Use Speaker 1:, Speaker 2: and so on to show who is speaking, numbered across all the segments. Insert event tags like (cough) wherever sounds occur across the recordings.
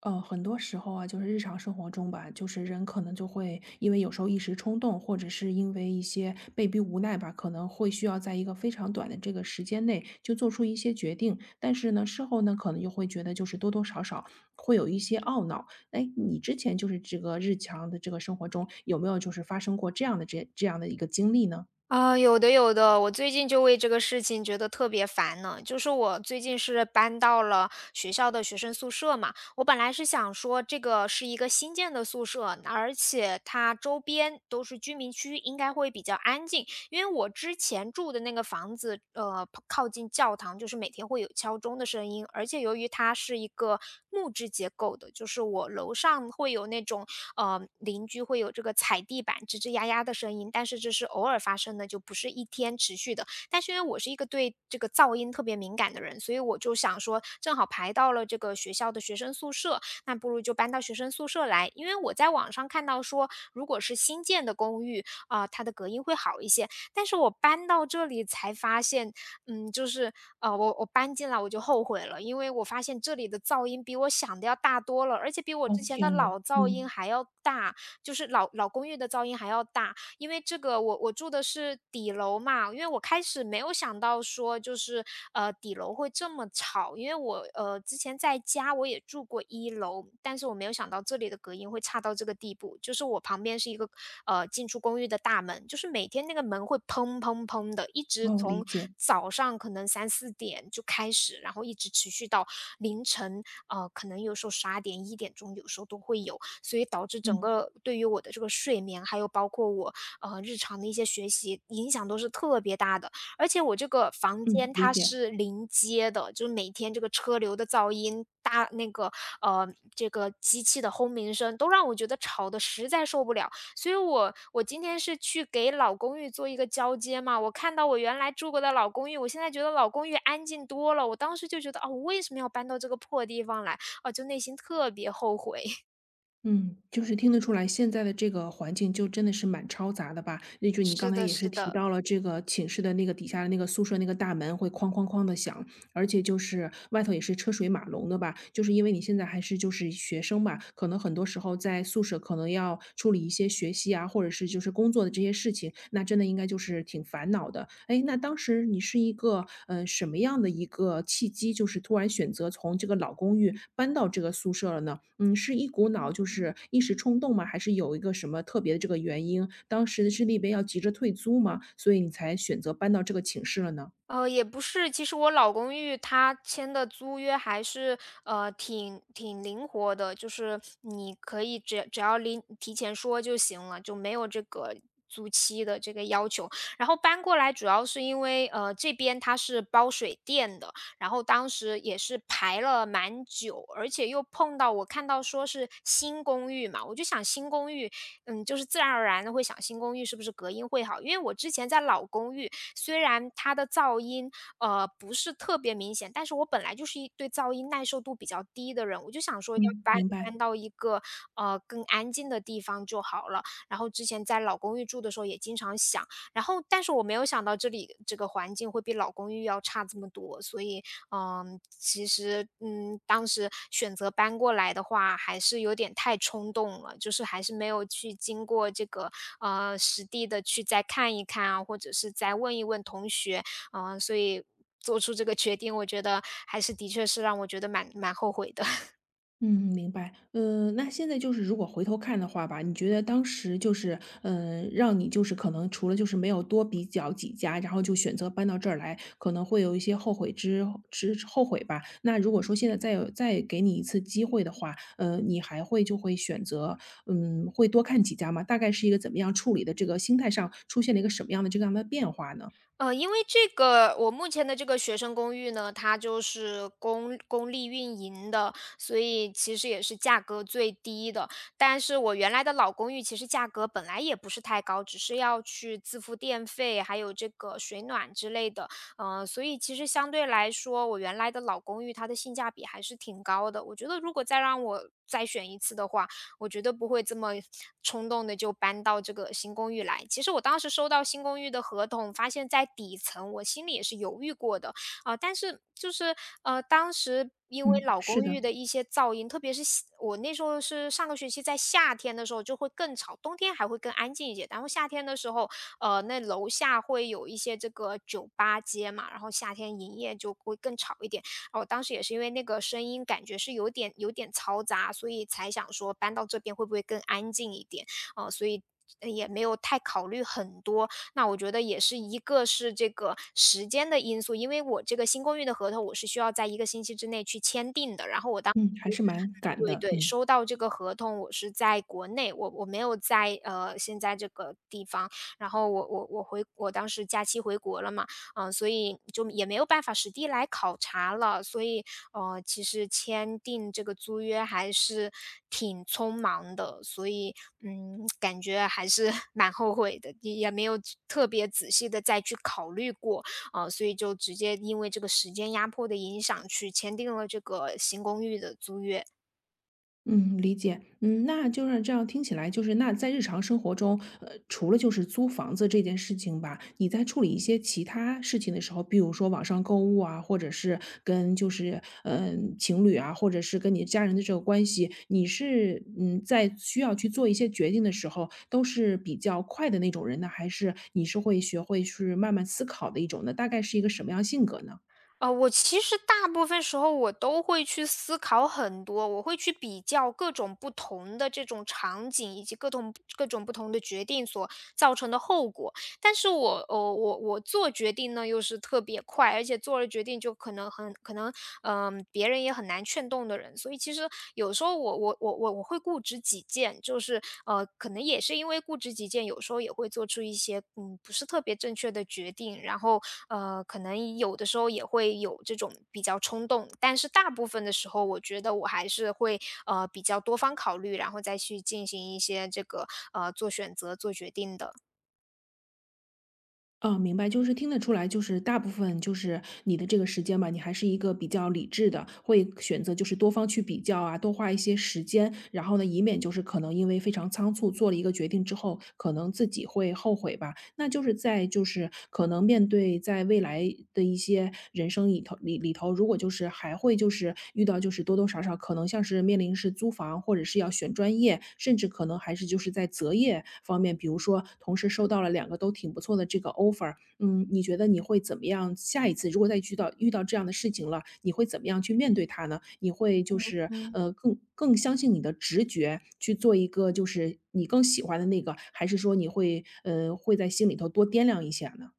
Speaker 1: 很多时候啊，就是日常生活中吧，就是人可能就会因为有时候一时冲动，或者是因为一些被逼无奈吧，可能会需要在一个非常短的这个时间内就做出一些决定。但是呢，事后呢，可能又会觉得就是多多少少会有一些懊恼。哎，你之前就是这个日常的这个生活中，有没有就是发生过这样的这样的一个经历呢？
Speaker 2: 啊，有的有的，我最近就为这个事情觉得特别烦呢。就是我最近是搬到了学校的学生宿舍嘛，我本来是想说这个是一个新建的宿舍，而且它周边都是居民区，应该会比较安静。因为我之前住的那个房子，靠近教堂，就是每天会有敲钟的声音，而且由于它是一个木质结构的，就是我楼上会有那种邻居会有这个踩地板吱吱呀呀的声音，但是这是偶尔发生的，就不是一天持续的。但是因为我是一个对这个噪音特别敏感的人，所以我就想说，正好排到了这个学校的学生宿舍，那不如就搬到学生宿舍来。因为我在网上看到说，如果是新建的公寓啊、它的隔音会好一些。但是我搬到这里才发现，嗯，就是我搬进来我就后悔了，因为我发现这里的噪音比我想的要大多了，而且比我之
Speaker 1: 哦，
Speaker 2: 前的
Speaker 1: 天呐。
Speaker 2: 老噪音
Speaker 1: 嗯。
Speaker 2: 还要大，就是老公寓的噪音还要大。因为这个我住的是底楼嘛，因为我开始没有想到说就是底楼会这么吵，因为我之前在家我也住过一楼，但是我没有想到这里的隔音会差到这个地步，就是我旁边是一个进出公寓的大门，就是每天那个门会砰砰砰的，一直
Speaker 1: 哦，理
Speaker 2: 从
Speaker 1: 解。
Speaker 2: 早上可能三四点就开始，然后一直持续到凌晨，可能有时候十二点一点钟，有时候都会有，所以导致整
Speaker 1: 嗯
Speaker 2: 个对于我的这个睡眠，还有包括我日常的一些学习影响都是特别大的。而且我这个房
Speaker 1: 嗯，
Speaker 2: 间
Speaker 1: 理
Speaker 2: 它
Speaker 1: 解。
Speaker 2: 是临街的，就是每天这个车流的噪音，大那个呃，这个机器的轰鸣声都让我觉得吵得实在受不了。所以我今天是去给老公寓做一个交接嘛，我看到我原来住过的老公寓，我现在觉得老公寓安静多了。我当时就觉得，啊，我为什么要搬到这个破地方来？哦，就内心特别后悔。(laughs)
Speaker 1: 嗯，就是听得出来，现在的这个环境就真的是蛮嘈杂的吧？那就你刚
Speaker 2: 是
Speaker 1: 才
Speaker 2: 的，
Speaker 1: 也是
Speaker 2: 是
Speaker 1: 提
Speaker 2: 的。
Speaker 1: 到了，这个寝室的那个底下的那个宿舍那个大门会哐哐哐的响，而且就是外头也是车水马龙的吧？就是因为你现在还是就是学生吧，可能很多时候在宿舍可能要处理一些学习啊，或者是就是工作的这些事情，那真的应该就是挺烦恼的。哎，那当时你是一个什么样的一个契机，就是突然选择从这个老公寓搬到这个宿舍了呢？嗯，是一股脑就是一时冲动吗？还是有一个什么特别的这个原因？当时是那边要急着退租吗？所以你才选择搬到这个寝室了呢？
Speaker 2: 呃，也不是，其实我老公寓他签的租约还是挺灵活的，就是你可以只要临提前说就行了，就没有这个租期的这个要求。然后搬过来主要是因为这边它是包水电的，然后当时也是排了蛮久，而且又碰到我看到说是新公寓嘛，我就想新公寓，嗯，就是自然而然的会想新公寓是不是隔音会好，因为我之前在老公寓。虽然它的噪音不是特别明显，但是我本来就是一对噪音耐受度比较低的人，我就想说要
Speaker 1: 嗯，
Speaker 2: 搬
Speaker 1: 明白。
Speaker 2: 搬到一个更安静的地方就好了。然后之前在老公寓住的时候也经常想，然后但是我没有想到这里这个环境会比老公寓要差这么多，所以嗯，其实，嗯，当时选择搬过来的话，还是有点太冲动了，就是还是没有去经过这个实地的去再看一看啊，或者是再问一问同学，嗯、所以做出这个决定，我觉得还是的确是让我觉得蛮后悔的。
Speaker 1: 嗯，明白。那现在就是如果回头看的话吧，你觉得当时就是，让你就是可能除了就是没有多比较几家，然后就选择搬到这儿来，可能会有一些后悔吧。那如果说现在再有再给你一次机会的话，你还会就会选择，嗯，会多看几家吗？大概是一个怎么样处理的这个心态上出现了一个什么样的这样的变化呢？
Speaker 2: 呃，因为这个我目前的这个学生公寓呢，它就是公立运营的，所以其实也是价格最低的。但是我原来的老公寓其实价格本来也不是太高，只是要去自付电费，还有这个水暖之类的。所以其实相对来说，我原来的老公寓它的性价比还是挺高的。我觉得如果再让我再选一次的话，我觉得不会这么冲动的就搬到这个新公寓来。其实我当时收到新公寓的合同，发现在底层，我心里也是犹豫过的啊、但是就是当时因为
Speaker 1: 嗯，
Speaker 2: 老
Speaker 1: 是
Speaker 2: 公
Speaker 1: 的。
Speaker 2: 寓的一些噪音，特别是夏我那时候是上个学期在夏天的时候就会更吵，冬天还会更安静一些。然后夏天的时候，那楼下会有一些这个酒吧街嘛，然后夏天营业就会更吵一点。哦，我当时也是因为那个声音感觉是有点嘈杂，所以才想说搬到这边会不会更安静一点，啊，所以。也没有太考虑很多，那我觉得也是一个是这个时间的因素，因为我这个新公寓的合同我是需要在一个星期之内去签订的，然后我当。
Speaker 1: 嗯，还是蛮赶
Speaker 2: 对
Speaker 1: 的，
Speaker 2: 对，
Speaker 1: 嗯。
Speaker 2: 收到这个合同，我是在国内，我没有在现在这个地方，然后我回我当时假期回国了嘛，嗯、所以就也没有办法实地来考察了，所以其实签订这个租约还是挺匆忙的，所以嗯，感觉还是 (laughs) 蛮后悔的，也没有特别仔细的再去考虑过，啊，所以就直接因为这个时间压迫的影响去签订了这个新公寓的租约。
Speaker 1: 嗯，理解。嗯，那就是这样听起来，就是那在日常生活中，除了就是租房子这件事情吧，你在处理一些其他事情的时候，比如说网上购物啊，或者是跟就是情侣啊，或者是跟你家人的这个关系，你是嗯在需要去做一些决定的时候，都是比较快的那种人呢，还是你是会学会去慢慢思考的一种呢？大概是一个什么样性格呢？
Speaker 2: 呃，我其实大部分时候我都会去思考很多，我会去比较各种不同的这种场景，以及各种不同的决定所造成的后果。但是我做决定呢，又是特别快，而且做了决定就可能很可能，嗯、别人也很难劝动的人。所以其实有时候我会固执己见，就是可能也是因为固执己见，有时候也会做出一些不是特别正确的决定，然后可能有的时候也会有这种比较冲动，但是大部分的时候，我觉得我还是会比较多方考虑，然后再去进行一些这个做选择、做决定的。
Speaker 1: 啊，明白，就是听得出来，就是大部分就是你的这个时间吧，你还是一个比较理智的，会选择就是多方去比较啊，多花一些时间，然后呢，以免就是可能因为非常仓促做了一个决定之后，可能自己会后悔吧。那就是在就是就是可能面对在未来的一些人生里头，如果就是还会就是遇到就是多多少少可能像是面临是租房，或者是要选专业，甚至可能还是就是在择业方面，比如说同时收到了两个都挺不错的这个 offer，嗯，你觉得你会怎么样下一次如果再遇到这样的事情了，你会怎么样去面对它呢？你会就是，
Speaker 2: 嗯，
Speaker 1: 更相信你的直觉去做一个就是你更喜欢的那个，还是说你会，会在心里头多掂量一下呢？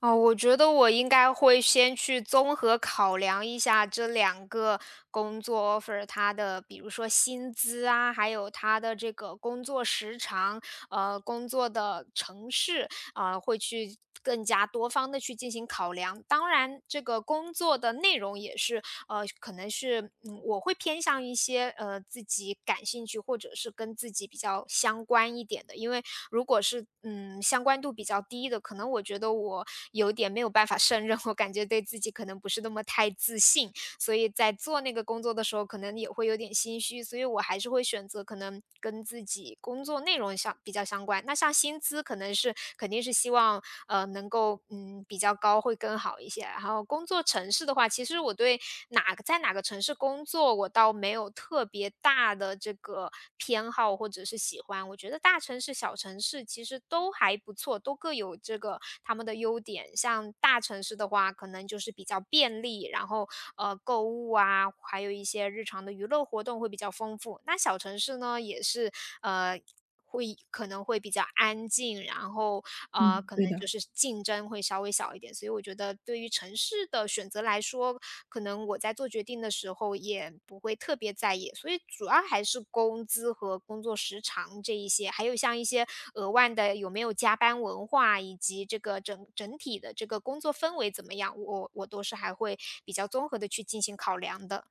Speaker 2: 哦，我觉得我应该会先去综合考量一下这两个工作 offer,它的比如说薪资啊，还有它的这个工作时长，工作的城市。啊，会去更加多方的去进行考量。当然这个工作的内容也是，可能是，嗯，我会偏向一些，自己感兴趣或者是跟自己比较相关一点的。因为如果是，嗯，相关度比较低的，可能我觉得我有点没有办法胜任，我感觉对自己可能不是那么太自信。所以在做那个工作的时候，可能也会有点心虚，所以我还是会选择可能跟自己工作内容相比较相关。那像薪资可能是肯定是希望能够嗯比较高会更好一些。然后工作城市的话，其实我对哪个在哪个城市工作，我倒没有特别别大的这个偏好或者是喜欢。我觉得大城市、小城市其实都还不错，都各有这个他们的优点。像大城市的话，可能就是比较便利，然后购物啊，还有一些日常的娱乐活动会比较丰富。那小城市呢，也是呃会可能会比较安静，然后，
Speaker 1: 嗯，
Speaker 2: 可能
Speaker 1: 对
Speaker 2: 就
Speaker 1: 的。
Speaker 2: 是竞争会稍微小一点。所以我觉得对于城市的选择来说，可能我在做决定的时候也不会特别在意。所以主要还是工资和工作时长这一些，还有像一些额外的有没有加班文化，以及这个整体的这个工作氛围怎么样，我都是还会比较综合的去进行考量的。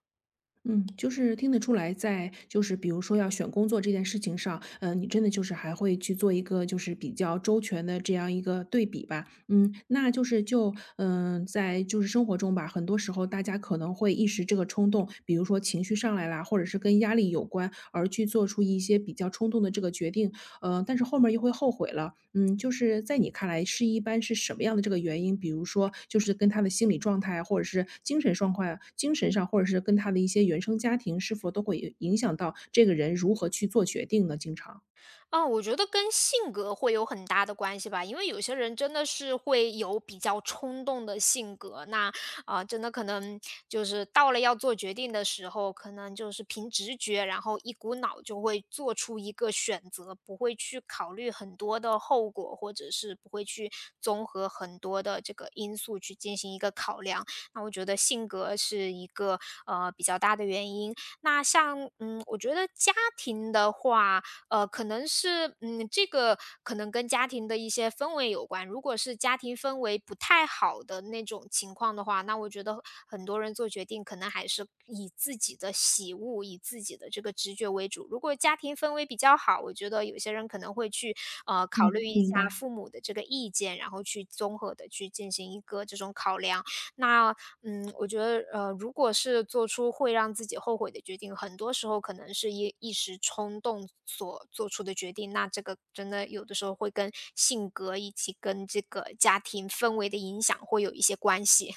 Speaker 1: 嗯，就是听得出来，在就是比如说要选工作这件事情上，你真的就是还会去做一个就是比较周全的这样一个对比吧。嗯，那就是就在就是生活中吧，很多时候大家可能会一时这个冲动，比如说情绪上来啦，或者是跟压力有关，而去做出一些比较冲动的这个决定。但是后面又会后悔了。嗯，就是在你看来是一般是什么样的这个原因？比如说就是跟他的心理状态，或者是精神状况精神上，或者是跟他的一些原生家庭，是否都会影响到这个人如何去做决定呢？经常。
Speaker 2: 啊，我觉得跟性格会有很大的关系吧，因为有些人真的是会有比较冲动的性格，那啊，真的可能就是到了要做决定的时候，可能就是凭直觉，然后一股脑就会做出一个选择，不会去考虑很多的后果，或者是不会去综合很多的这个因素去进行一个考量。那我觉得性格是一个比较大的原因。那像嗯，我觉得家庭的话，呃，可能是嗯，这个可能跟家庭的一些氛围有关。如果是家庭氛围不太好的那种情况的话，那我觉得很多人做决定可能还是以自己的喜恶、以自己的这个直觉为主。如果家庭氛围比较好，我觉得有些人可能会去考
Speaker 1: 嗯，
Speaker 2: 虑一
Speaker 1: 明
Speaker 2: 下
Speaker 1: 白。
Speaker 2: 父母的这个意见，然后去综合的去进行一个这种考量。那嗯，我觉得，呃，如果是做出会让自己后悔的决定，很多时候可能是一时冲动所做出的决定，那这个真的有的时候会跟性格以及跟这个家庭氛围的影响会有一些关系。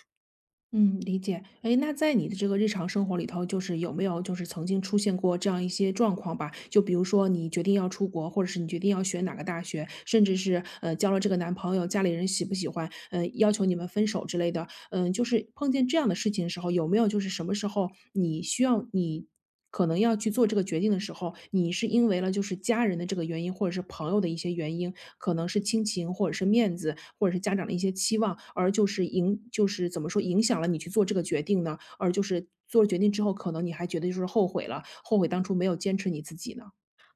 Speaker 1: 嗯，理解。哎，那在你的这个日常生活里头，就是有没有就是曾经出现过这样一些状况吧？就比如说你决定要出国，或者是你决定要选哪个大学，甚至是交了这个男朋友，家里人喜不喜欢，要求你们分手之类的。嗯，就是碰见这样的事情的时候，有没有就是什么时候你需要你可能要去做这个决定的时候，你是因为了就是家人的这个原因，或者是朋友的一些原因，可能是亲情，或者是面子，或者是家长的一些期望，而就是影就是怎么说影响了你去做这个决定呢？而就是做了决定之后，可能你还觉得就是后悔了，后悔当初没有坚持你自己呢？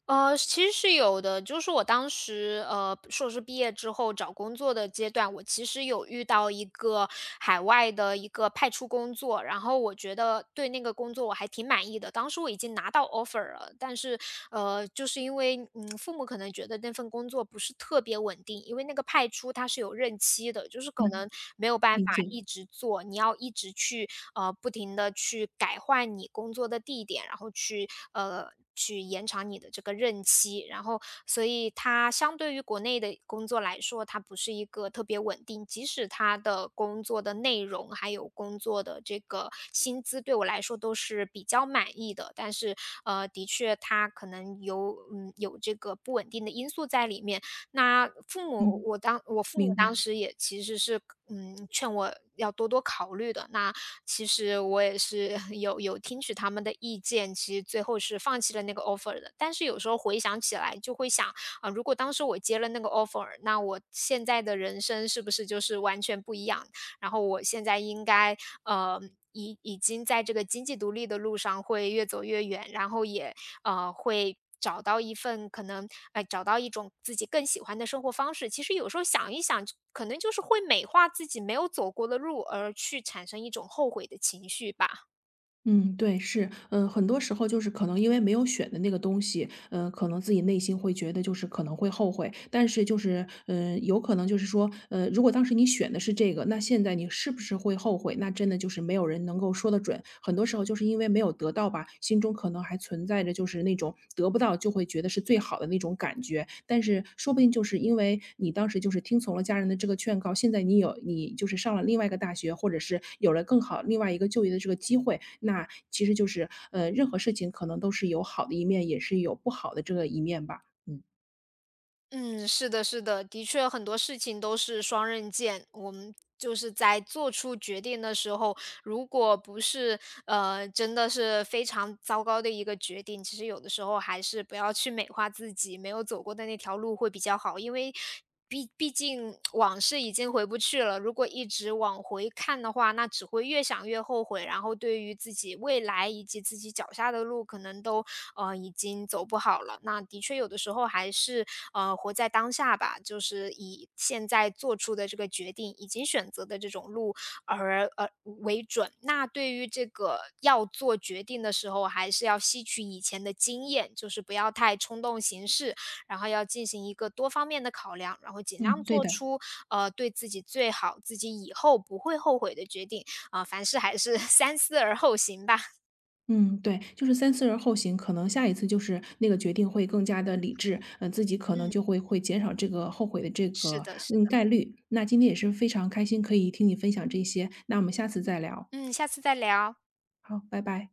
Speaker 2: 呃，其实是有的，就是我当时硕士毕业之后找工作的阶段，我其实有遇到一个海外的一个派出工作，然后我觉得对那个工作我还挺满意的。当时我已经拿到 offer 了，但是呃，就是因为嗯父母可能觉得那份工作不是特别稳定，因为那个派出它是有任期的，就是可
Speaker 1: 嗯，
Speaker 2: 能没有办法
Speaker 1: 理解。
Speaker 2: 一直做，你要一直去不停的去改换你工作的地点，然后去呃去延长你的这个任期。然后，所以它相对于国内的工作来说，它不是一个特别稳定。即使它的工作的内容，还有工作的这个薪资对我来说都是比较满意的，但是呃，的确它可能有嗯有这个不稳定的因素在里面。那父母，
Speaker 1: 嗯，
Speaker 2: 我父母
Speaker 1: 明
Speaker 2: 当
Speaker 1: 白。
Speaker 2: 时也其实是嗯劝我要多多考虑的。那其实我也是 (laughs) 有听取他们的意见，其实最后是放弃了那个 offer 的。但是有时候回想起来，就会想啊，如果当时我接了那个 offer，那我现在的人生是不是就是完全不一样，然后我现在应该呃已经在这个经济独立的路上会越走越远，然后也呃会。找到一份可能，哎，找到一种自己更喜欢的生活方式。其实有时候想一想，可能就是会美化自己没有走过的路，而去产生一种后悔的情绪吧。
Speaker 1: 嗯，对，是，嗯，很多时候就是可能因为没有选的那个东西，嗯，可能自己内心会觉得就是可能会后悔，但是就是，嗯，有可能就是说，如果当时你选的是这个，那现在你是不是会后悔？那真的就是没有人能够说得准。很多时候就是因为没有得到吧，心中可能还存在。带着就是那种得不到就会觉得是最好的那种感觉。但是说不定就是因为你当时就是听从了家人的这个劝告，现在你有你就是上了另外一个大学，或者是有了更好另外一个就业的这个机会，那其实就是任何事情可能都是有好的一面，也是有不好的这个一面吧。嗯。
Speaker 2: 嗯，是的，是的，的确很多事情都是双刃剑。我们就是在做出决定的时候，如果不是呃真的是非常糟糕的一个决定，其实有的时候还是不要去美化自己，没有走过的那条路会比较好，因为毕竟往事已经回不去了，如果一直往回看的话，那只会越想越后悔，然后对于自己未来以及自己脚下的路，可能都呃已经走不好了。那的确有的时候还是呃活在当下吧，就是以现在做出的这个决定，已经选择的这种路而呃为准。那对于这个要做决定的时候，还是要吸取以前的经验，就是不要太冲动行事，然后要进行一个多方面的考量，然后尽量
Speaker 1: 嗯，对
Speaker 2: 做
Speaker 1: 的。
Speaker 2: 出呃对自己最好、自己以后不会后悔的决定啊、凡事还是 (laughs) 三思而后行吧。
Speaker 1: 嗯，对，就是三思而后行，可能下一次就是那个决定会更加的理智，嗯，自己可能
Speaker 2: 嗯，
Speaker 1: 就会减少这个后悔的这
Speaker 2: 是
Speaker 1: 个
Speaker 2: 的，是的。
Speaker 1: 概率。那今天也是非常开心，可以听你分享这些，那我们下次再聊。
Speaker 2: 嗯，下次再聊。
Speaker 1: 好，拜拜。